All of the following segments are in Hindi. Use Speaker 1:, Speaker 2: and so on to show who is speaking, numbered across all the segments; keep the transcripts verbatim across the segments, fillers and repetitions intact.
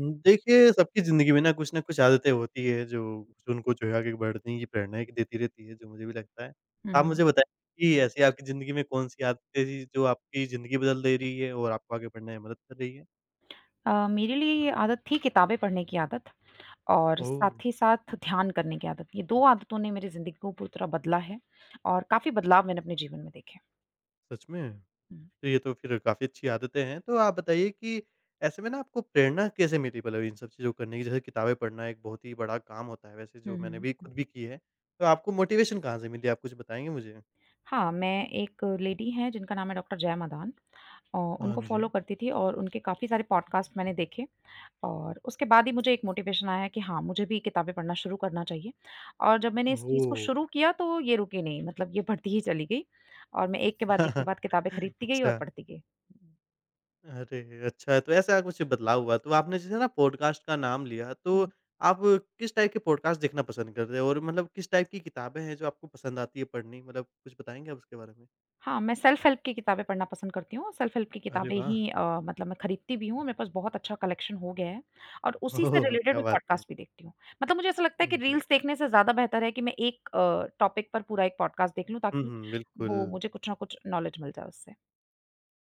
Speaker 1: हुँ, देखिए सबकी ज़िंदगी में ना कुछ न कुछ आदतें होती है जो जो उनको जो है आगे बढ़ने की प्रेरणा एक देती रहती है, जो मुझे भी लगता है। आप
Speaker 2: हुँ।
Speaker 1: मुझे बताएँ कि ऐसी आपकी ज़िंदगी में कौन-सी आदतें थी जो आपकी ज़िंदगी बदल दे रही है और आपको आगे बढ़ने में मदद कर रही है?
Speaker 2: अ, मेरे लिए ये आदत थी किताबें पढ़ने की आदत और
Speaker 1: ओह!
Speaker 2: साथ ही साथ ध्यान करने की आदत। ये दो आदतों ने मेरी ज़िंदगी को पूरी तरह बदला है और काफ़ी बदलाव मैंने अपने जीवन में देखे।
Speaker 1: सच में?
Speaker 2: हुँ।
Speaker 1: तो ये तो फिर काफ़ी अच्छी आदतें हैं। तो आप बताइए कि ऐसे में ना आपको प्रेरणा कैसे मिली मतलब इन सब चीज़ों को करने की? जैसे किताबें पढ़ना एक बहुत ही बड़ा काम होता है वैसे
Speaker 2: हुँ,
Speaker 1: जो मैंने
Speaker 2: हुँ,
Speaker 1: भी
Speaker 2: हुँ।
Speaker 1: खुद भी की है। तो आपको मोटिवेशन कहाँ से मिली? आप कुछ बताएँगे मुझे?
Speaker 2: हाँ, मैं एक लेडी हैं जिनका नाम है डॉक्टर जया मदान। अ,
Speaker 1: हाँ
Speaker 2: उनको फ़ॉलो
Speaker 1: जी।
Speaker 2: करती थी और उनके काफ़ी सारे पॉडकास्ट मैंने देखे। और उसके बाद ही मुझे एक मोटिवेशन आया कि हाँ, मुझे भी किताबें पढ़ना शुरू करना चाहिए और जब मैंने इस चीज़ को
Speaker 1: ओह!
Speaker 2: शुरू किया तो ये रुकी नहीं मतलब ये बढ़ती ही चली गई और मैं एक के बाद एक के बाद किताबें खरीदती गई और
Speaker 1: अच्छा।
Speaker 2: पढ़ती गई।
Speaker 1: अरे! अच्छा तो ऐसा कुछ बदलाव हुआ तो आपने जैसे ना पॉडकास्ट का नाम लिया तो
Speaker 2: हुँ।
Speaker 1: आप किस टाइप के पॉडकास्ट देखना पसंद करते हो? और मतलब किस टाइप की किताबें हैं जो आपको पसंद आती है पढ़नी? मतलब कुछ बताएँगे आप उसके बारे में?
Speaker 2: हाँ, मैं सेल्फ हेल्प की किताबें पढ़ना पसंद करती हूँ और सेल्फ हेल्प की
Speaker 1: अरे
Speaker 2: किताबें
Speaker 1: वाह!
Speaker 2: ही अ, मतलब मैं खरीदती भी हूँ, मेरे पास बहुत अच्छा कलेक्शन हो गया है और उसी से
Speaker 1: ओह!
Speaker 2: रिलेटेड
Speaker 1: क्या
Speaker 2: मैं
Speaker 1: बात है।
Speaker 2: पॉडकास्ट भी देखती हूँ। मतलब मुझे ऐसा लगता है कि
Speaker 1: हुँ, हुँ।
Speaker 2: रील्स देखने से ज़्यादा बेहतर है कि मैं एक अ, टॉपिक पर पूरा एक पॉडकास्ट देख लूँ
Speaker 1: हुँ,
Speaker 2: ताकि
Speaker 1: हुँ।
Speaker 2: वो
Speaker 1: बिल्कुल।
Speaker 2: मुझे कुछ ना कुछ नॉलेज मिल जाए उससे।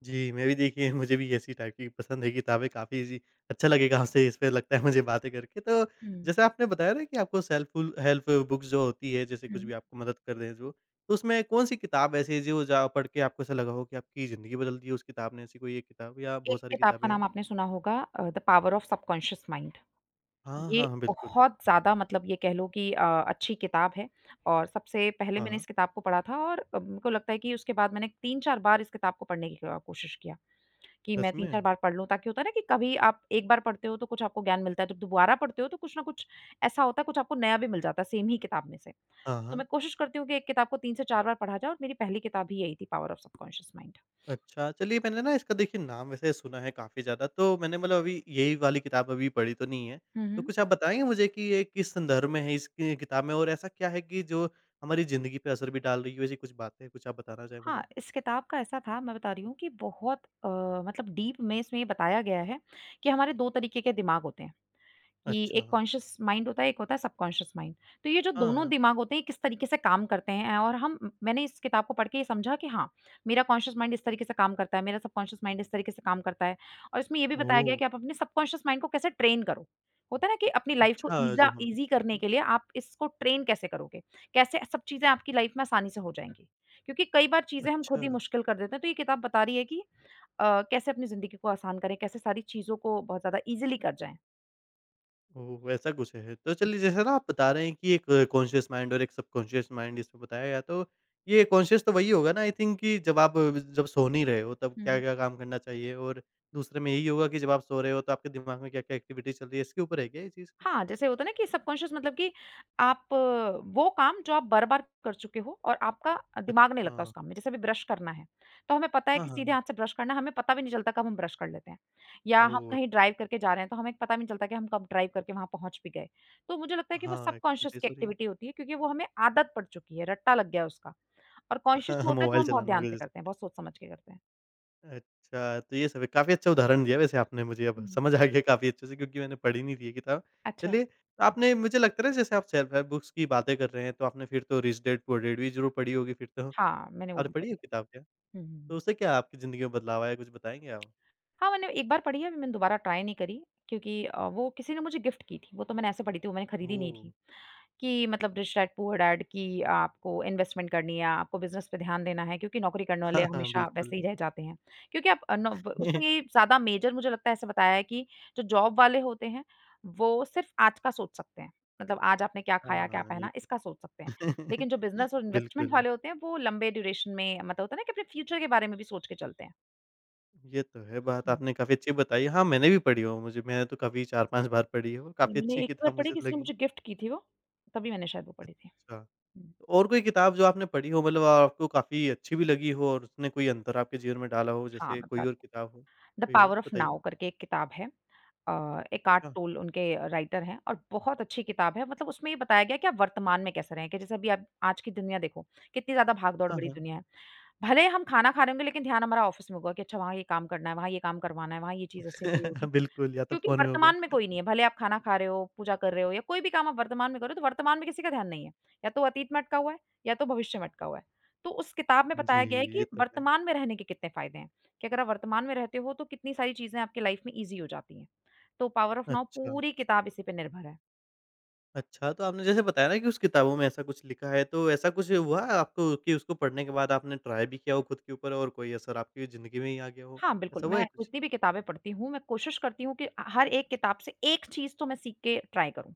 Speaker 1: जी, मैं भी देखिए मुझे भी ऐसी टाइप की पसंद है किताबें काफ़ी जी अच्छा लगेगा आपसे इस पे लगता है मुझे बातें करके। तो
Speaker 2: हुँ,
Speaker 1: जैसे आपने बताया ना कि आपको सेल्फ़-फुल हेल्प बुक्स जो होती है जैसे कुछ
Speaker 2: हुँ।
Speaker 1: भी आपको मदद कर दें जो, तो उसमें कौन-सी किताब ऐसी है जो जा पढ़ के आपको ऐसा लगा हो कि आपकी ज़िंदगी बदल दी है उस किताब ने? ऐसी कोई एक किताब या
Speaker 2: एक
Speaker 1: बहुत सारी
Speaker 2: किताब का
Speaker 1: किताबें
Speaker 2: नाम
Speaker 1: हैं?
Speaker 2: आपने सुना होगा अ, the power of subconscious mind.
Speaker 1: हाँ, हाँ,
Speaker 2: ये
Speaker 1: हाँ, बिल्कुल।
Speaker 2: बहुत ज़्यादा मतलब ये कह लो कि अ, अच्छी किताब है और सबसे पहले मैंने
Speaker 1: हाँ,
Speaker 2: इस किताब को पढ़ा था और अ, मेरे को लगता है कि उसके बाद मैंने तीन चार बार इस किताब को पढ़ने की अ, कोशिश किया कि मैं
Speaker 1: सच में?
Speaker 2: तीन चार बार पढ़ लूँ ताकि होता है ना कि कभी आप एक बार पढ़ते हो तो कुछ आपको ज्ञान मिलता है, जब दोबारा पढ़ते हो तो कुछ ना कुछ ऐसा होता है, कुछ आपको नया भी मिल जाता है सेम ही किताब में से।
Speaker 1: हाँ,
Speaker 2: तो
Speaker 1: हाँ।
Speaker 2: मैं कोशिश करती हूँ कि एक किताब को तीन से चार बार पढ़ा जाए और मेरी पहली किताब ही यही थी पावर ऑफ सबकॉन्शियस माइंड।
Speaker 1: अच्छा, चलिए मैंने ना इसका देखिए नाम वैसे सुना है काफ़ी ज़्यादा, तो मैंने मतलब अभी यही वाली किताब अभी पढ़ी तो नहीं है।
Speaker 2: हुँ,
Speaker 1: तो
Speaker 2: हुँ।
Speaker 1: कुछ आप बताएँगे मुझे कि ये किस संदर्भ में है इसकी किताब में और ऐसा क्या है कि जो हमारी ज़िंदगी पे असर भी डाल रही है? वैसी कुछ बातें, कुछ आप बताना चाहें
Speaker 2: हाँ,
Speaker 1: मुझे?
Speaker 2: इस किताब का ऐसा था मैं बता रही हूँ कि बहुत अ, मतलब डीप में इसमें ये बताया गया है कि हमारे दो तरीके के दिमाग होते हैं। कि
Speaker 1: अच्छा।
Speaker 2: एक कॉन्शियस माइंड होता है, एक होता है सबकॉन्शियस माइंड। तो ये जो
Speaker 1: हाँ,
Speaker 2: दोनों
Speaker 1: हाँ।
Speaker 2: दिमाग होते हैं ये किस तरीके से काम करते हैं और हम मैंने इस किताब को पढ़ के ये समझा कि हाँ, मेरा कॉन्शियस माइंड इस तरीके से काम करता है, मेरा सबकॉन्शियस माइंड इस तरीके से काम करता है। और इसमें ये भी बताया
Speaker 1: ओह!
Speaker 2: गया है कि आप अपने सबकॉन्शियस माइंड को कैसे ट्रेन करो। होता है ना कि अपनी लाइफ को
Speaker 1: अच्छा
Speaker 2: ईज़ा
Speaker 1: जो हम
Speaker 2: ईज़ी करने
Speaker 1: हुँ,
Speaker 2: के लिए आप इसको ट्रेन कैसे करोगे? कैसे सब चीज़ें आपकी लाइफ में आसानी से हो जाएँगी? क्योंकि कई बार चीज़ें हम खुद
Speaker 1: अच्छा।
Speaker 2: ही मुश्किल कर देते हैं। तो ये किताब बता रही है कि अ, कैसे अपनी ज़िंदगी को आसान करें, कैसे सारी चीज़ों को बहुत ज़्यादा ईज़िली कर जाएँ।
Speaker 1: ओह! ऐसा कुछ है। तो चलिए जैसे ना आप बता रहे हैं कि एक कॉन्शियस माइंड और एक सबकॉन्शियस माइंड इसमें बताया गया तो ये कॉन्शियस तो वही होगा ना आई थिंक कि जब आप जब सो नहीं रहे हो तब
Speaker 2: हुँ, हुँ।
Speaker 1: क्या-क्या काम करना चाहिए? और दूसरे में यही होगा कि जब आप सो रहे हो तो आपके दिमाग में क्या-क्या एक्टिविटी चल रही है इसके ऊपर है क्या ये चीज़? कुछ?
Speaker 2: हाँ, जैसे होता है ना कि सबकॉन्शियस मतलब कि आप अ, वो काम जो आप बार-बार कर चुके हो और आपका दिमाग नहीं
Speaker 1: अच्छा।
Speaker 2: लगता उस काम में। जैसे अभी ब्रश करना है, तो हमें पता है
Speaker 1: हाँ,
Speaker 2: कि
Speaker 1: हाँ,
Speaker 2: सीधे
Speaker 1: हाँ।
Speaker 2: हाथ से ब्रश करना है, हमें पता भी नहीं चलता कब हम ब्रश कर लेते हैं। या हम
Speaker 1: ओह!
Speaker 2: कहीं ड्राइव करके जा रहे हैं, तो हमें पता भी नहीं चलता कि हम कब ड्राइव करके वहाँ पहुँच भी गए। तो मुझे लगता है कि वो
Speaker 1: हाँ,
Speaker 2: सबकॉन्शियस की
Speaker 1: एक्टिविटीज़ हो रही हैं।
Speaker 2: एक्टिविटी होती है क्योंकि वो हमें आदत पड़ चुकी है, रट्टा लग गया है उसका। और कॉन्शियस वो
Speaker 1: हाँ,
Speaker 2: होता है जो
Speaker 1: मोबाइल
Speaker 2: हम बहुत
Speaker 1: चलाना
Speaker 2: ध्यान
Speaker 1: वगैरह
Speaker 2: से करते
Speaker 1: जैसे।
Speaker 2: हैं, बहुत सोच समझ के करते हैं।
Speaker 1: अच्छा, तो ये सब है। काफ़ी अच्छा उदाहरण दिया वैसे आपने मुझे अब
Speaker 2: हुँ।
Speaker 1: समझ आ गया काफ़ी अच्छे से क्योंकि मैंने पढ़ी नहीं थी ये किताब।
Speaker 2: अच्छा।
Speaker 1: चलिए, तो आपने मुझे लगता है ना जैसे आप सेल्फ हेल्प बुक्स की बातें कर रहे हैं, तो आपने फिर तो रिच डैड पुअर डैड भी ज़रूर पढ़ी होगी फिर तो?
Speaker 2: हाँ, मैंने वो
Speaker 1: आपने
Speaker 2: भी
Speaker 1: पढ़ी है
Speaker 2: पढ़ी
Speaker 1: वो किताब क्या?
Speaker 2: है। हुँ, हुँ,
Speaker 1: तो
Speaker 2: हुँ।
Speaker 1: उससे क्या आपकी ज़िंदगी में बदलाव आया, कुछ बताएँगे आप?
Speaker 2: हाँ, मैंने एक बार पढ़ी है, मैंने दोबारा ट्राई नहीं करी क्योंकि अ, वो किसी ने मुझे गिफ्ट की थी। वो तो मैंने ऐसे पढ़ी थी, वो मैंने खरीदी नहीं
Speaker 1: ओह!
Speaker 2: थी कि मतलब रिच डैड पुअर डैड कि आपको इन्वेस्टमेंट करनी है, आपको बिज़नेस पे ध्यान देना है क्योंकि नौकरी करने वाले
Speaker 1: हाँ, हाँ,
Speaker 2: हमेशा
Speaker 1: बिल्कुल।
Speaker 2: वैसे ही रह जाते हैं। क्योंकि आप अ, नौ ब उसमें ये ज़्यादा मेजर मुझे लगता है ऐसे बताया है कि जो जॉब वाले होते हैं, वो सिर्फ़ आज का सोच सकते हैं। मतलब आज आपने क्या खाया, क्या
Speaker 1: हाँ, ये
Speaker 2: पहना, इसका सोच सकते हैं। लेकिन जो
Speaker 1: तो
Speaker 2: बिज़नेस और इन्वेस्टमेंट
Speaker 1: बिल्कुल,
Speaker 2: वाले होते हैं, वो लंबे ड्यूरेशन में मतलब होता है ना कि अपने फ्यूचर के बारे में भी सोच के चलते हैं।
Speaker 1: ये तो है बात आपने काफ़ी अच्छी बताई। हाँ, मैंने भी पढ़ी हो मुझे मैंने तो काफ़ी चार पाँच बार पढ़ी है वो,
Speaker 2: नहीं,
Speaker 1: काफ़ी
Speaker 2: मैंने
Speaker 1: अच्छी
Speaker 2: एक ही बार
Speaker 1: किताब
Speaker 2: पढ़ी,
Speaker 1: मुझे
Speaker 2: किसी ने
Speaker 1: लगी।
Speaker 2: मुझे गिफ्ट की थी वो, तभी मैंने शायद वो पढ़ी थी।
Speaker 1: अच्छा।
Speaker 2: हुँ,
Speaker 1: और कोई किताब जो आपने पढ़ी हो मतलब आपको काफ़ी अच्छी भी लगी हो और उसने कोई अंतर आपके जीवन में डाला हो
Speaker 2: हाँ,
Speaker 1: जैसे
Speaker 2: मैं
Speaker 1: कोई
Speaker 2: बताती
Speaker 1: और किताब हो?
Speaker 2: हूँ, द
Speaker 1: कोई और
Speaker 2: पावर ऑफ
Speaker 1: बताइए?
Speaker 2: नाउ करके एक किताब है। अ, एकार्ट
Speaker 1: अच्छा,
Speaker 2: टोल उनके राइटर हैं और बहुत अच्छी किताब है, मतलब उसमें ये बताया गया है कि आप वर्तमान में कैसे रहें, कि जैसे अभी आप आज की दुनिया देखो, कितनी ज़्यादा भाग-दौड़
Speaker 1: हाँ,
Speaker 2: भरी
Speaker 1: हाँ।
Speaker 2: दुनिया है। भले हम खाना खा रहे होंगे, लेकिन ध्यान हमारा ऑफ़िस में होगा कि अच्छा वहाँ ये काम करना है, वहाँ ये काम करवाना है, वहाँ ये चीज़ ऐसे हुई होगी।
Speaker 1: बिल्कुल, या तो
Speaker 2: क्योंकि
Speaker 1: फ़ोन में होगा।
Speaker 2: वर्तमान में कोई नहीं है, भले आप खाना खा रहे हो, पूजा कर रहे हो या कोई भी काम आप वर्तमान में कर रहे हो, तो वर्तमान में किसी का ध्यान नहीं है। या तो अतीत में अटका हुआ है या तो भविष्य में अटका हुआ है। तो उस किताब में
Speaker 1: जी,
Speaker 2: बताया गया है कि
Speaker 1: ये तो है।
Speaker 2: वर्तमान में रहने के कितने फ़ायदे हैं, कि अगर आप वर्तमान में रहते हो तो कितनी सारी चीज़ें आपकी लाइफ़ में ईज़ी हो जाती हैं। तो पावर ऑफ नाउ
Speaker 1: अच्छा,
Speaker 2: पूरी किताब इसी पे निर्भर है।
Speaker 1: अच्छा तो आपने जैसे बताया ना कि उस किताबों में ऐसा कुछ लिखा है, तो ऐसा कुछ हुआ है आपको कि उसको पढ़ने के बाद आपने ट्राई भी किया हो खुद के ऊपर और कोई असर आपकी ज़िंदगी में ही आ गया हो?
Speaker 2: हाँ, बिल्कुल,
Speaker 1: ऐसा हुआ
Speaker 2: मैं
Speaker 1: है कुछ?
Speaker 2: जितनी भी किताबें पढ़ती हूँ, मैं कोशिश करती हूँ कि अ, हर एक किताब से एक चीज़ तो मैं सीख के ट्राई करूँ।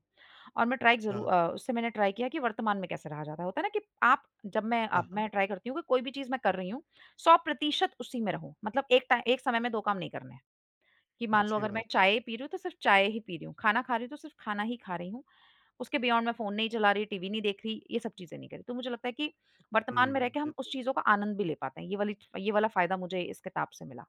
Speaker 2: और मैं ट्राई ज़रू
Speaker 1: अच्छा,
Speaker 2: अ, उससे मैंने ट्राई किया कि वर्तमान में कैसे रहा जाता है। होता है ना कि आप जब मैं
Speaker 1: हाँ,
Speaker 2: अब
Speaker 1: हाँ,
Speaker 2: मैं ट्राई करती हूँ कि कोई भी चीज़ मैं कर रही हूँ, सौ प्रतिशत उसी में रहूँ। मतलब एक टाइ एक समय में दो काम नहीं करने हैं, कि मान लो
Speaker 1: अच्छी
Speaker 2: अच्छा। अगर मैं
Speaker 1: बात है।
Speaker 2: चाय पी रही हूँ, तो सिर्फ़ चाय ही पी रही हूँ, खाना खा रही हूँ, तो सिर्फ़ खाना ही खा रही हूँ। उसके बियॉन्ड मैं फ़ोन नहीं चला रही, टीवी नहीं देख रही, ये सब चीज़ें नहीं कर रही। तो मुझे लगता है कि वर्तमान में रह
Speaker 1: हुँ,
Speaker 2: के
Speaker 1: ये
Speaker 2: हम
Speaker 1: तो
Speaker 2: उस
Speaker 1: है।
Speaker 2: चीज़ों का आनंद भी ले पाते हैं। ये वाली ये वाला फ़ायदा मुझे इस किताब से मिला।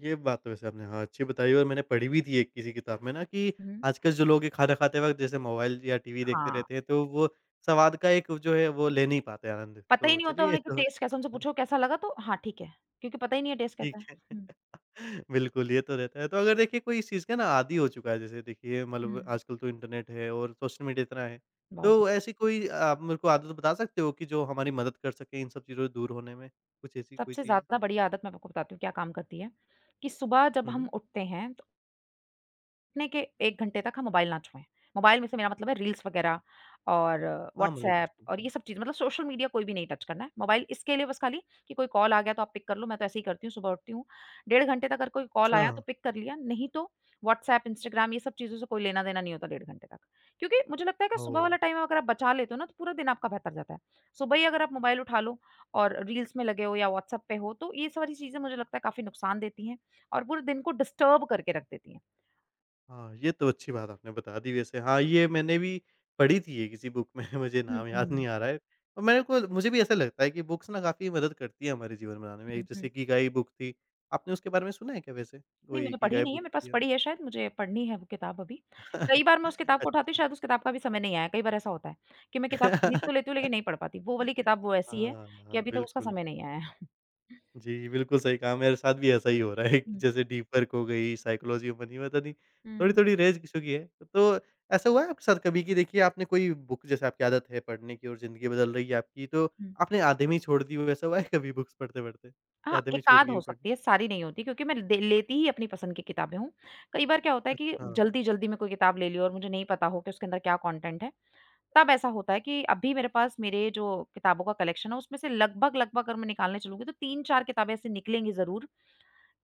Speaker 1: ये बात तो वैसे आपने हाँ, अच्छी बताई और मैंने पढ़ी भी थी एक किसी किताब में ना कि
Speaker 2: हुँ।
Speaker 1: आजकल जो लोग ये खाना खाते वक़्त जैसे मोबाइल या टीवी देखते
Speaker 2: हाँ,
Speaker 1: रहते हैं, तो वो स्वाद का एक जो है वो ले नहीं पाते आनंद।
Speaker 2: पता ही
Speaker 1: तो
Speaker 2: नहीं होता
Speaker 1: चलिए ये
Speaker 2: उन्हें कि
Speaker 1: तो
Speaker 2: टेस्ट कैसा उनसे
Speaker 1: हाँ,
Speaker 2: पूछो कैसा लगा तो हाँ, ठीक है, क्योंकि पता ही नहीं है टेस्ट
Speaker 1: ठीक
Speaker 2: कैसा है।
Speaker 1: है।
Speaker 2: हुँ।
Speaker 1: बिल्कुल, ये तो रहता है। तो अगर देखिए कोई इस चीज़ का ना आदी हो चुका है जैसे देखिए
Speaker 2: हुँ।
Speaker 1: मतलब आजकल तो इंटरनेट है और सोशल मीडिया इतना है।
Speaker 2: बहुत
Speaker 1: तो ऐसी कोई आप मेरे को आदत बता सकते हो कि जो हमारी मदद कर सके इन सब चीज़ों से दूर होने में? कुछ ऐसी कोई
Speaker 2: सबसे
Speaker 1: चीज़?
Speaker 2: ज़्यादा बड़ी आदत मैं आपको बताती हूँ क्या काम करती है, कि सुबह जब हम
Speaker 1: हुँ।
Speaker 2: उठते हैं ने के एक घंटे तक हम मोबाइल ना छुएँ। मोबाइल में से मेरा मतलब है रील्स वगैरह और
Speaker 1: हाँ, मतलब
Speaker 2: व्हाट्सऐप
Speaker 1: कुछ भी।
Speaker 2: और ये सब चीज़ मतलब सोशल मीडिया कोई भी नहीं टच करना है। मोबाइल इसके लिए बस खाली कि कोई कॉल आ गया तो आप पिक कर लो, मैं तो ऐसे ही करती हूँ, सुबह उठती हूँ, डेढ़ घंटे तक अगर कोई कॉल
Speaker 1: अच्छा।
Speaker 2: आया तो पिक कर लिया, नहीं तो व्हाट्सऐप, इंस्टाग्राम ये सब चीज़ों से कोई लेना-देना नहीं होता डेढ़ घंटे तक। क्योंकि मुझे लगता है कि सुबह
Speaker 1: ओह!
Speaker 2: वाला टाइम अगर आप बचा लेते हो ना तो पूरा दिन आपका बेहतर जाता है। सुबह ही अगर आप मोबाइल उठा लो और रील्स में लगे हो या व्हाट्सऐप पे हो तो ये सारी चीज़ें मुझे लगता है काफ़ी नुकसान देती हैं और पूरे दिन को डिस्टर्ब करके रख देती हैं।
Speaker 1: हाँ, ये तो अच्छी बात आपने बता दी वैसे। हाँ, ये मैंने भी पढ़ी थी ये किसी बुक में, मुझे
Speaker 2: हुँ,
Speaker 1: नाम याद
Speaker 2: हुँ।
Speaker 1: नहीं आ रहा है। और मेरे को मुझे भी ऐसा लगता है कि बुक्स ना काफ़ी मदद करती है हमारे जीवन बनाने में। एक
Speaker 2: हुँ,
Speaker 1: जैसे
Speaker 2: हुँ।
Speaker 1: इकिगाई बुक थी, आपने उसके बारे में सुना है क्या वैसे?
Speaker 2: नहीं
Speaker 1: वही
Speaker 2: मैंने पढ़ी
Speaker 1: इकिगाई
Speaker 2: नहीं है,
Speaker 1: बुक
Speaker 2: मेरे पास
Speaker 1: थी
Speaker 2: पड़ी है शायद, मुझे पढ़नी है वो किताब अभी। कई बार मैं
Speaker 1: या
Speaker 2: उस किताब को उठाती हूँ,
Speaker 1: अच्छा।
Speaker 2: शायद उस किताब का भी समय नहीं आया, कई बार ऐसा होता है कि मैं किताब खरीद तो लेती हूँ लेकिन नहीं पढ़ पाती। वो वाली किताब वो ऐसी है
Speaker 1: हाँ,
Speaker 2: कि
Speaker 1: हाँ,
Speaker 2: अभी तक उसका
Speaker 1: बिल्कुल।
Speaker 2: समय नहीं आया है।
Speaker 1: जी, बिल्कुल सही कहा, मेरे साथ भी ऐसा ही हो रहा है कि
Speaker 2: हुँ,
Speaker 1: जैसे डीप वर्क हो गई, साइकोलॉजी ऑफ़ मनी पता नहीं,
Speaker 2: हुँ,
Speaker 1: थोड़ी-थोड़ी रेंज चुकी है। तो ऐसा हुआ है आपके साथ कभी कि देखिए आपने कोई बुक जैसे आपकी आदत है पढ़ने की और ज़िंदगी बदल रही है आपकी, तो
Speaker 2: हुँ।
Speaker 1: आपने आधे में ही छोड़ दी हो, ऐसा हुआ है कभी बुक्स पढ़ते-पढ़ते कि
Speaker 2: हाँ,
Speaker 1: आधे में ही छूट
Speaker 2: एक-आध
Speaker 1: गई
Speaker 2: हो
Speaker 1: हो पढ़नी?
Speaker 2: सकती है, सारी नहीं होती क्योंकि मैं दे लेती ही अपनी पसंद की किताबें हूँ। कई बार क्या होता है कि
Speaker 1: अच्छा।
Speaker 2: जल्दी-जल्दी मैं कोई किताब ले ली और मुझे नहीं पता हो कि उसके अंदर क्या कंटेंट है, तब ऐसा होता है कि अभी मेरे पास मेरे जो किताबों का कलेक्शन है उसमें से लगभग-लगभग अगर मैं निकालने चलूँगी तो तीन चार किताबें ऐसी निकलेंगी ज़रूर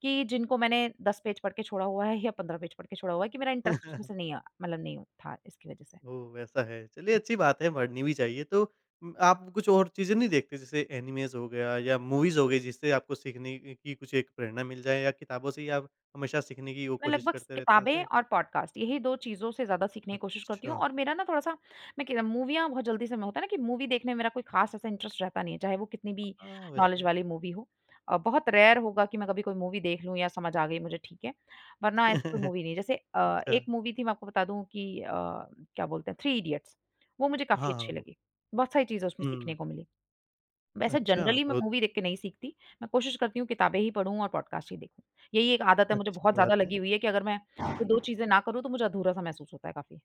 Speaker 2: कि जिनको मैंने दस पेज पढ़ के छोड़ा हुआ है या पंद्रह पेज पढ़ के छोड़ा हुआ है कि मेरा इंटरेस्ट उसमें से नहीं आ मतलब नहीं था इसकी वजह से।
Speaker 1: ओह! वैसा है, चलिए अच्छी बात है, पढ़नी भी चाहिए। तो उम, आप कुछ और चीज़ें नहीं देखते जैसे एनिमेज़ हो गया या मूवीज़ हो गई जिससे आपको सीखने की कुछ एक प्रेरणा मिल जाए या किताबों से ही आप हमेशा सीखने की वो
Speaker 2: मैं
Speaker 1: कोशिश
Speaker 2: लगभग स
Speaker 1: करते रहते हैं, ऐसा
Speaker 2: किताबें
Speaker 1: है?
Speaker 2: और पॉडकास्ट यही दो चीज़ों से ज़्यादा सीखने की कोशिश करती
Speaker 1: अच्छा,
Speaker 2: हूँ और मेरा ना थोड़ा-सा मैं कि मूवियाँ बहुत जल्दी से मैं होता है ना कि मूवी देखने में मेरा कोई ख़ास ऐसा इंटरेस्ट रहता नहीं है, चाहे वो कितनी भी
Speaker 1: हाँ,
Speaker 2: नॉलेज
Speaker 1: वैसे
Speaker 2: वाली मूवी हो। अ, बहुत रेयर होगा कि मैं कभी कोई मूवी देख लूँ या समझ आ गई मुझे ठीक है, वरना ऐसी कोई मूवी नहीं। जैसे अ, एक
Speaker 1: अच्छा,
Speaker 2: मूवी थी मैं आपको बता दूँ कि अ, क्या बोलते हैं थ्री इडियट्स वो मुझे
Speaker 1: हाँ,
Speaker 2: काफ़ी
Speaker 1: हाँ,
Speaker 2: अच्छी
Speaker 1: वो
Speaker 2: लगी। बहुत सारी चीज़ें उसमें सीखने
Speaker 1: हुँ,
Speaker 2: को मिली। वैसे
Speaker 1: अच्छा,
Speaker 2: जनरली मैं
Speaker 1: बहुत
Speaker 2: मूवी देख के नहीं सीखती। मैं कोशिश करती हूँ किताबें ही पढ़ूँ और पॉडकास्ट ही देखूँ। यही एक आदत है मुझे
Speaker 1: अच्छी
Speaker 2: बहुत ज़्यादा
Speaker 1: बात है।
Speaker 2: लगी हुई है कि अगर मैं ये दो चीज़ें ना करूँ तो मुझे अधूरा-सा महसूस होता है काफ़ी।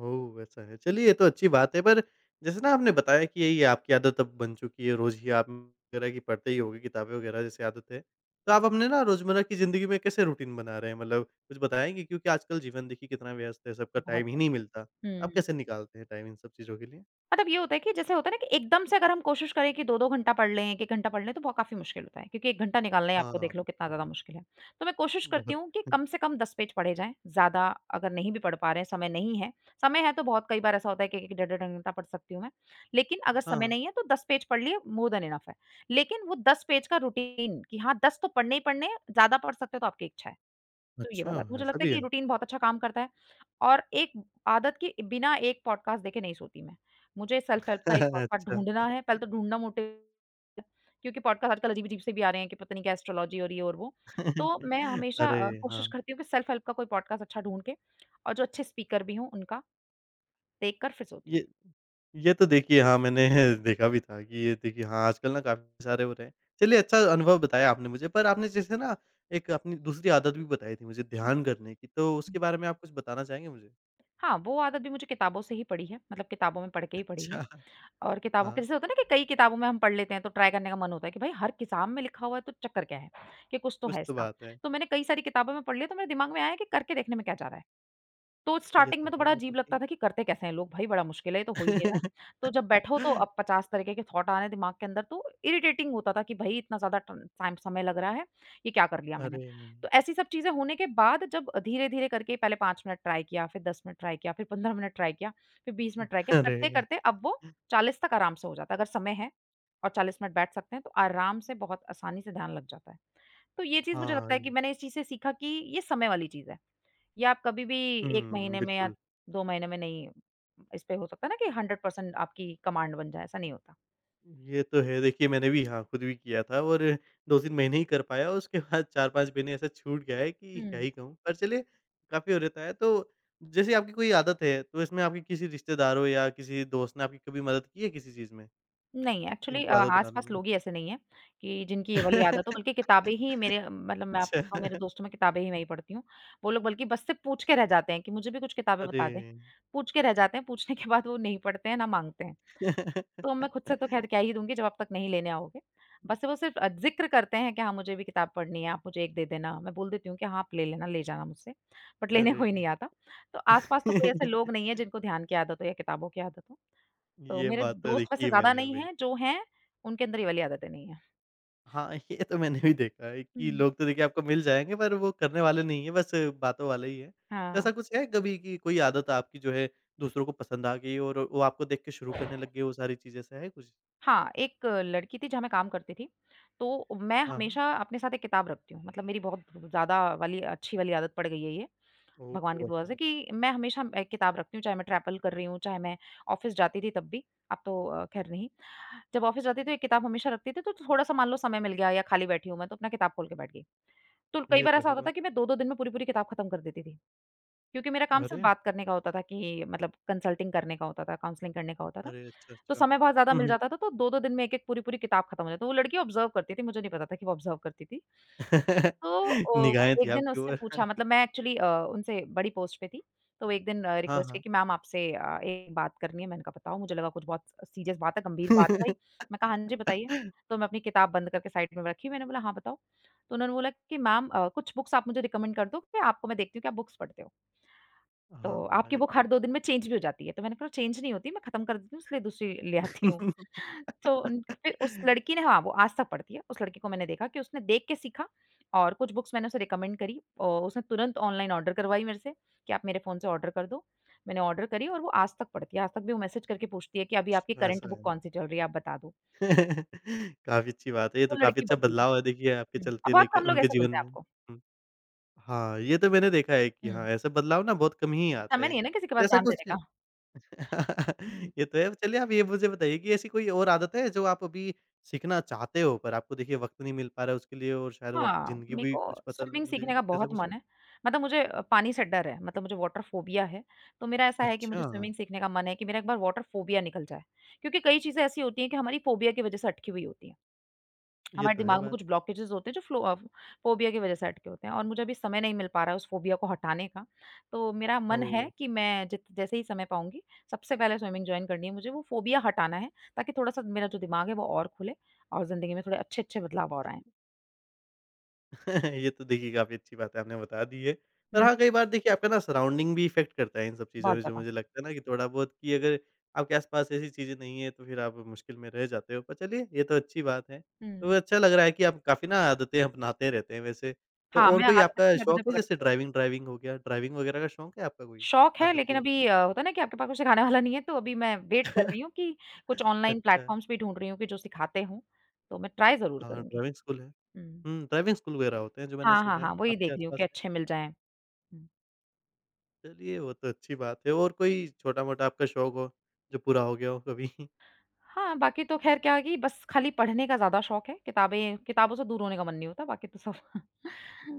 Speaker 1: ओह! ऐसा है,
Speaker 2: हुँ,
Speaker 1: चलिए ये तो अच्छी बात है, पर जैसे ना आपने बताया कि ये आपकी आदत अब बन चुकी है, रोज़ ही आप वगैरह की पढ़ते ही होगे किताबें वगैरह जैसी आदत है। तो
Speaker 2: हुँ,
Speaker 1: आप अपने ना रोज़मर्रा की ज़िंदगी में कैसे रूटीन बना रहे हैं? मतलब कुछ बताएँगे? क्योंकि आजकल जीवन देखिए कितना व्यस्त है, सबका
Speaker 2: बहुत
Speaker 1: टाइम ही नहीं मिलता। तो आप
Speaker 2: हुँ।
Speaker 1: कैसे निकालते हैं टाइम इन सब चीज़ों के लिए?
Speaker 2: मतलब ये होता है कि जैसे होता है ना कि एकदम से अगर हम कोशिश करें कि दो-दो घंटा पढ़ लें, एक-एक घंटा पढ़ लें, तो बहुत काफ़ी मुश्किल होता है क्योंकि एक घंटा निकालना ही
Speaker 1: हाँ,
Speaker 2: आपको
Speaker 1: वो
Speaker 2: देख लो कितना
Speaker 1: तो
Speaker 2: ज़्यादा
Speaker 1: है।
Speaker 2: मुश्किल है। तो मैं कोशिश करती
Speaker 1: बहुत
Speaker 2: हूँ कि कम से कम दस पेज पढ़े जाएँ, ज़्यादा अगर नहीं भी पढ़ पा रहे हैं, समय नहीं है, समय है तो बहुत कई बार ऐसा होता है कि एक-एक डेढ़-डेढ़ घंटा पढ़ सकती हूँ मैं। लेकिन अगर समय
Speaker 1: हाँ,
Speaker 2: नहीं है तो दस पेज पढ़ लिए मोर देन इनफ है। लेकिन वो दस पेज का रूटीन कि हाँ, दस तो पढ़ने ही पढ़ने हैं, ज़्यादा पढ़ सकते हो तो आपकी इच्छा है। तो ये
Speaker 1: अच्छा
Speaker 2: वाला, तो मुझे
Speaker 1: ऐसा
Speaker 2: लगता है
Speaker 1: भी
Speaker 2: कि ये
Speaker 1: है?
Speaker 2: रूटीन बहुत अच्छा काम करता है। और एक आदत के बिना एक पॉडकास्ट देखे नहीं सोती मैं। मुझे सेल्फ हेल्प का एक पॉडकास्ट
Speaker 1: अच्छा।
Speaker 2: ढूँढना है, पहले तो ढूँढना मोटिव क्योंकि पॉडकास्ट आजकल अजीब-अजीब से भी आ रहे हैं कि पता नहीं क्या एस्ट्रोलॉजी और ये और वो। तो मैं हमेशा अ,
Speaker 1: अरे!
Speaker 2: कोशिश
Speaker 1: हाँ,
Speaker 2: करती हूँ कि सेल्फ हेल्प का कोई पॉडकास्ट अच्छा ढूँढ के और जो अच्छे स्पीकर भी हों उनका देखकर फिर सोती हूँ।
Speaker 1: ये ये तो देखिए हाँ, मैंने देखा भी था कि ये देखिए हाँ, आजकल ना काफ़ी सारे हो रहे हैं। चलिए अच्छा अनुभव बताया आपने मुझे पर आपने जैसे ना एक अपनी दूसरी आदत भी बताई थी मुझे
Speaker 2: हुँ,
Speaker 1: ध्यान करने की, तो उसके
Speaker 2: हुँ।
Speaker 1: बारे में आप कुछ बताना चाहेंगे मुझे?
Speaker 2: हाँ, वो आदत भी मुझे किताबों से ही पड़ी है, मतलब किताबों में पढ़ के ही पड़ी है।
Speaker 1: अच्छा,
Speaker 2: और किताबों के
Speaker 1: हाँ,
Speaker 2: जैसे होता है ना कि कई किताबों में हम पढ़ लेते हैं तो ट्राई करने का मन होता है कि भाई हर किताब में लिखा हुआ है तो चक्कर क्या है, कि कुछ तो है
Speaker 1: कुछ तो
Speaker 2: इसका।
Speaker 1: बात है।
Speaker 2: तो मैंने कई सारी किताबों में पढ़ लिया तो मेरे दिमाग में आया कि करके देखने में क्या जा रहा है। तो
Speaker 1: ये
Speaker 2: स्टार्टिंग
Speaker 1: तो
Speaker 2: में तो
Speaker 1: है
Speaker 2: बड़ा
Speaker 1: बात
Speaker 2: अजीब
Speaker 1: आपकी।
Speaker 2: लगता था कि करते कैसे हैं लोग भाई, बड़ा मुश्किल है, ये तो हो ही नहीं रहा है। तो जब बैठो तो अब पचास तरीके के थॉट आ रहे हैं दिमाग के अंदर, तो इरिटेटिंग होता था कि भई इतना ज़्यादा टन टाइम समय लग रहा है, ये क्या कर लिया मैंने?
Speaker 1: अरे!
Speaker 2: तो ऐसी सब चीज़ें होने के बाद जब धीरे-धीरे करके पहले पाँच मिनट ट्राई किया, फिर दस मिनट ट्राई किया, फिर पंद्रह मिनट ट्राई किया, फिर बीस मिनट ट्राई किया,
Speaker 1: अरे!
Speaker 2: करते-करते अब वो चालीस तक आराम से हो जाता है। अगर समय है और चालीस मिनट बैठ सकते हैं, तो आराम से बहुत आसानी से ध्यान लग जाता है। तो ये चीज़ मुझे लगता है
Speaker 1: हाँ,
Speaker 2: कि मैंने इस चीज़ से सीखा कि ये समय वाली चीज़ है। या आप कभी भी एक
Speaker 1: हुँ,
Speaker 2: महीने में या
Speaker 1: बिल्कुल।
Speaker 2: दो महीने में नहीं इस पे हो सकता है ना कि हंड्रेड परसेंट आपकी कमांड बन जाए, ऐसा नहीं होता।
Speaker 1: ये तो है। देखिए मैंने भी हाँ, खुद भी किया था और दो तीन महीने ही कर पाया उसके बाद चार पाँच महीने ऐसा छूट गया है कि क्या
Speaker 2: हुँ।
Speaker 1: ही कहूँ। पर चलिए काफ़ी हो रहता है। तो जैसे आपकी कोई आदत है तो इसमें आपके किसी रिश्तेदारों या किसी दोस्त ने आपकी कभी मदद की है किसी चीज़ में
Speaker 2: नहीं एक्चुअली अ,
Speaker 1: इनको आदत बनाने
Speaker 2: आस-पास
Speaker 1: में?
Speaker 2: लोग ही ऐसे नहीं हैं कि जिनकी ये वाली आदत हो बल्कि किताबें ही मेरे अ, मतलब मैं आपको
Speaker 1: अच्छा।
Speaker 2: कहूँ मेरे दोस्तों में किताबें ही मैं ही पढ़ती हूँ। वो लोग बल्कि बस से पूछ के रह जाते हैं कि मुझे भी कुछ किताबें
Speaker 1: अरे!
Speaker 2: बता दें। पूछ के रह जाते हैं, पूछने के बाद वो नहीं पढ़ते हैं, ना माँगते हैं। तो मैं खुद से तो ख़ैर क्या ही दूँगी जब आप तक नहीं लेने आओगे। बस वो सिर्फ़ अ, ज़िक्र करते हैं कि हाँ, मुझे भी किताब पढ़नी है, आप मुझे एक दे देना। मैं बोल देती हूँ कि हाँ, आप ले लेना, ले जाना मुझसे, बट लेने
Speaker 1: अरे!
Speaker 2: कोई नहीं आता। तो आस-पास तो कोई ऐसे लोग नहीं है जिनको ध्यान की आदत हो या किताबों की आदत हो। तो
Speaker 1: ये
Speaker 2: मेरे
Speaker 1: बात तो
Speaker 2: दोस्त
Speaker 1: देखी
Speaker 2: वैसे
Speaker 1: है
Speaker 2: ज़्यादा
Speaker 1: मैंने
Speaker 2: नहीं
Speaker 1: भाई।
Speaker 2: हैं, जो हैं उनके अंदर ये वाली आदतें नहीं हैं।
Speaker 1: हाँ, ये तो मैंने भी देखा है कि
Speaker 2: हुँ।
Speaker 1: लोग तो देखिए आपको मिल जाएँगे पर वो करने वाले नहीं है, बस बातों वाले ही है। तो
Speaker 2: हाँ।
Speaker 1: ऐसा कुछ है कभी कि कोई आदत आपकी जो है दूसरों को पसंद आ गई और वो आपको देख के शुरू करने लग गए वो सारी चीज़ ऐसा है कुछ?
Speaker 2: हाँ, एक लड़की थी जहाँ मैं काम करती थी, तो मैं
Speaker 1: हाँ, हाँ।
Speaker 2: हमेशा अपने साथ एक किताब रखती हूँ। मतलब मेरी बहुत ज़्यादा वाली अच्छी वाली आदत पड़ गई है ये।
Speaker 1: ओह!
Speaker 2: भगवान की दुआ
Speaker 1: ऐसा
Speaker 2: से
Speaker 1: है।
Speaker 2: कि मैं हमेशा एक किताब रखती हूँ, चाहे मैं ट्रैवल कर रही हूँ, चाहे मैं ऑफ़िस जाती थी तब भी, अब तो अ, ख़ैर नहीं। जब ऑफ़िस जाती थी तो एक किताब हमेशा रखती थी, तो थोड़ा-सा मान लो समय मिल गया या खाली बैठी हूँ मैं, तो अपना किताब खोल के बैठ गई। तो कई
Speaker 1: ये
Speaker 2: बार
Speaker 1: तो
Speaker 2: ऐसा
Speaker 1: है
Speaker 2: होता था
Speaker 1: बात।
Speaker 2: कि मैं दो-दो दिन में पूरी-पूरी किताब ख़त्म कर देती थी, क्योंकि मेरा काम सिर्फ़
Speaker 1: अरे!
Speaker 2: बात करने का होता था कि मतलब कंसल्टिंग करने का होता था, काउंसलिंग करने का होता था।
Speaker 1: अरे! अच्छा,
Speaker 2: तो
Speaker 1: अच्छा।
Speaker 2: समय बहुत ज़्यादा
Speaker 1: हुँ,
Speaker 2: मिल
Speaker 1: हुँ।
Speaker 2: जाता था, तो दो-दो दिन में एक-एक पूरी-पूरी किताब ख़त्म हो जाती। तो वो लड़की ऑब्ज़र्व करती थी, मुझे नहीं पता था कि वो ऑब्ज़र्व करती थी। तो अ, वो
Speaker 1: निगाहें थी
Speaker 2: एक दिन
Speaker 1: आपकी
Speaker 2: उसने
Speaker 1: ओर।
Speaker 2: पूछा मतलब मैं एक्चुअली अ, उनसे बड़ी पोस्ट पे थी। तो वो एक दिन अ,
Speaker 1: हाँ,
Speaker 2: रिक्वेस्ट की
Speaker 1: हाँ।
Speaker 2: कि मैम आपसे अ, एक बात करनी है। मैंने कहा बताओ मुझे लगा कुछ बहुत सीरियस बात है, गंभीर बात है भाई। मैं कहा हाँ जी बताइए। तो मैं अपनी किताब बंद करके साइड में रखी। मैंने बोला हाँ बताओ। तो उन्होंने बोला कि मैम अ, कुछ बुक्स आप मुझे रिकमेंड कर दो कि आपको मैं देखती हूँ कि आप बुक्स पढ़ते हो। तो
Speaker 1: हाँ,
Speaker 2: आपकी
Speaker 1: ये
Speaker 2: बुक हर दो दिन में चेंज भी हो जाती है। तो मैंने कहा चेंज नहीं होती, मैं खत्म कर देती हूँ इसलिए दूसरी ले आती हूँ। तो उन फिर उस लड़की ने हाँ, वो आज तक पढ़ती है। उस लड़की को मैंने देखा कि उसने देख के सीखा और कुछ बुक्स मैंने उसे रिकमेंड करी और उसने तुरंत ऑनलाइन ऑर्डर करवाई मेरे से कि आप मेरे फ़ोन से ऑर्डर कर दो। मैंने ऑर्डर करी और वो आज तक पढ़ती है। आज तक भी वो मैसेज करके पूछती है कि अभी आपकी करंट
Speaker 1: ऐसा
Speaker 2: बुक
Speaker 1: है।
Speaker 2: कौन-सी चल रही है, आप बता दो।
Speaker 1: काफ़ी अच्छी बात है,
Speaker 2: तो
Speaker 1: ये तो
Speaker 2: वो
Speaker 1: काफ़ी
Speaker 2: लड़की
Speaker 1: अच्छा
Speaker 2: बदली
Speaker 1: बदलाव है देखिए आपके
Speaker 2: है। हुँ,
Speaker 1: चलते
Speaker 2: बहुत
Speaker 1: लेके
Speaker 2: कम लोग
Speaker 1: उनके
Speaker 2: ऐसे
Speaker 1: जीवन
Speaker 2: मिलते हैं
Speaker 1: में।
Speaker 2: आपको।
Speaker 1: हुँ। हाँ, ये तो मैंने देखा है कि
Speaker 2: हुँ,
Speaker 1: हाँ, ऐसे बदलाव ना बहुत कम ही
Speaker 2: समय
Speaker 1: आते हैं।
Speaker 2: नहीं है ना किसी के
Speaker 1: तो
Speaker 2: पास
Speaker 1: ऐसा
Speaker 2: ध्यान
Speaker 1: कुछ
Speaker 2: देने का। हुँ।
Speaker 1: ये तो है। चलिए आप ये मुझे बताइए कि ऐसी कोई और आदत है जो आप अभी सीखना चाहते हो पर आपको देखिए वक़्त नहीं मिल पा रहा है उसके लिए और शायद वो आपकी
Speaker 2: हाँ,
Speaker 1: ज़िंदगी
Speaker 2: मेरे
Speaker 1: भी
Speaker 2: को
Speaker 1: कुछ बदल
Speaker 2: स्विमिंग
Speaker 1: ले,
Speaker 2: सीखने का
Speaker 1: ऐसा
Speaker 2: बहुत
Speaker 1: कुछ
Speaker 2: मन
Speaker 1: है?
Speaker 2: है। मतलब मुझे अ, पानी से डर है, मतलब मुझे वाटर फ़ोबिया है। तो मेरा ऐसा है कि मुझे
Speaker 1: अच्छा,
Speaker 2: स्विमिंग सीखने का मन है कि मेरा एक बार वाटर फ़ोबिया निकल जाए। क्योंकि कई चीज़ें ऐसी होती हैं कि हमारी फ़ोबिया की वज़ह से अटकी हुई होती हैं।
Speaker 1: ये
Speaker 2: हमारे
Speaker 1: तो है
Speaker 2: दिमाग में
Speaker 1: बात।
Speaker 2: कुछ ब्लॉकेजेज़ होते हैं जो फ़्लो अ, फ़ोबिया की वज़ह से अटके होते हैं और मुझे अभी समय नहीं मिल पा रहा है उस फ़ोबिया को हटाने का। तो मेरा मन है
Speaker 1: ओह!
Speaker 2: कि मैं जित जैसे ही समय पाऊँगी, सबसे पहले स्विमिंग जॉइन करनी है मुझे, वो फ़ोबिया हटाना है ताकि थोड़ा-सा मेरा जो दिमाग है वो और खुले और ज़िंदगी में थोड़े अच्छे-अच्छे बदलाव और आएँ।
Speaker 1: ये तो देखिए काफ़ी अच्छी बात है, आपने बता दी है। पर
Speaker 2: हुँ,
Speaker 1: हाँ, कई बार देखिए आपका ना सराउंडिंग भी इफ़ेक्ट करता है इन सब चीज़ों
Speaker 2: बहुत
Speaker 1: में, जो
Speaker 2: ज़्यादा।
Speaker 1: मुझे लगता है ना कि थोड़ा बहुत कि अगर आपके आस-पास ऐसी चीज़ें नहीं है, तो फिर आप मुश्किल में रह जाते हो। पर चलिए, ये तो अच्छी बात है। तो
Speaker 2: हुँ।
Speaker 1: अच्छा लग रहा है कि आप काफ़ी ना आदतें अपनाते रहते हैं वैसे। तो
Speaker 2: हाँ,
Speaker 1: और
Speaker 2: मैं
Speaker 1: कोई
Speaker 2: आद
Speaker 1: आपका
Speaker 2: अच्छी आदतें
Speaker 1: शौक है
Speaker 2: पकड़ती
Speaker 1: जैसे
Speaker 2: रहती हूँ।
Speaker 1: ड्राइविंग ड्राइविंग हो गया, ड्राइविंग वगैरह का शौक है आपका कोई?
Speaker 2: शौक है
Speaker 1: आदत
Speaker 2: लेकिन
Speaker 1: या
Speaker 2: अभी
Speaker 1: कोई?
Speaker 2: अ, होता है ना कि आपके पास कोई सिखाने वाला नहीं है, तो अभी मैं वेट कर रही हूँ कि कुछ ऑनलाइन
Speaker 1: अच्छा।
Speaker 2: प्लेटफ़ॉर्म्स भी ढूँढ रही हूँ कि जो सिखाते हों, तो मैं ट्राई ज़रूर
Speaker 1: हाँ,
Speaker 2: करूँगी।
Speaker 1: ड्राइविंग स्कूल है।
Speaker 2: हुँ।
Speaker 1: हुँ, ड्राइविंग स्कूल वगैरह होते हैं जो मैंने
Speaker 2: हाँ, हाँ,
Speaker 1: सुना
Speaker 2: हाँ,
Speaker 1: है,
Speaker 2: वही
Speaker 1: आपके
Speaker 2: देख रही हूँ कि
Speaker 1: आस-पास है?
Speaker 2: अच्छे मिल जाएँ। हुँ।
Speaker 1: चलिए, वो तो अच्छी बात है और कोई छोटा-मोटा आपका शौक हो, जो पूरा हो गया हो कभी?
Speaker 2: हाँ, बाकी तो ख़ैर क्या है कि बस खाली पढ़ने का ज़्यादा शौक है, किताबें किताबों से दूर होने का मन नहीं होता, बाकी तो सब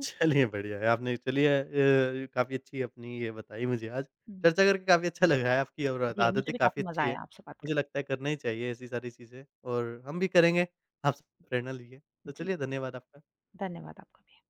Speaker 1: चलिए बढ़िया है, आपने चलिए अ, काफ़ी अच्छी अपनी ये बताई मुझे आज।
Speaker 2: हुँ।
Speaker 1: चर्चा करके काफ़ी अच्छा लगा है आपकी और
Speaker 2: जी, मुझे
Speaker 1: आदतें
Speaker 2: भी
Speaker 1: काफ़ी
Speaker 2: काफ़ी मज़ा
Speaker 1: अच्छी है।
Speaker 2: आया आपसे बात कर।
Speaker 1: मुझे लगता है करना ही चाहिए ऐसी सारी चीज़ें और हम भी करेंगे, आपसे प्रेरणा ली है। तो
Speaker 2: जी,
Speaker 1: चलिए धन्यवाद आपका।
Speaker 2: धन्यवाद आपका भी।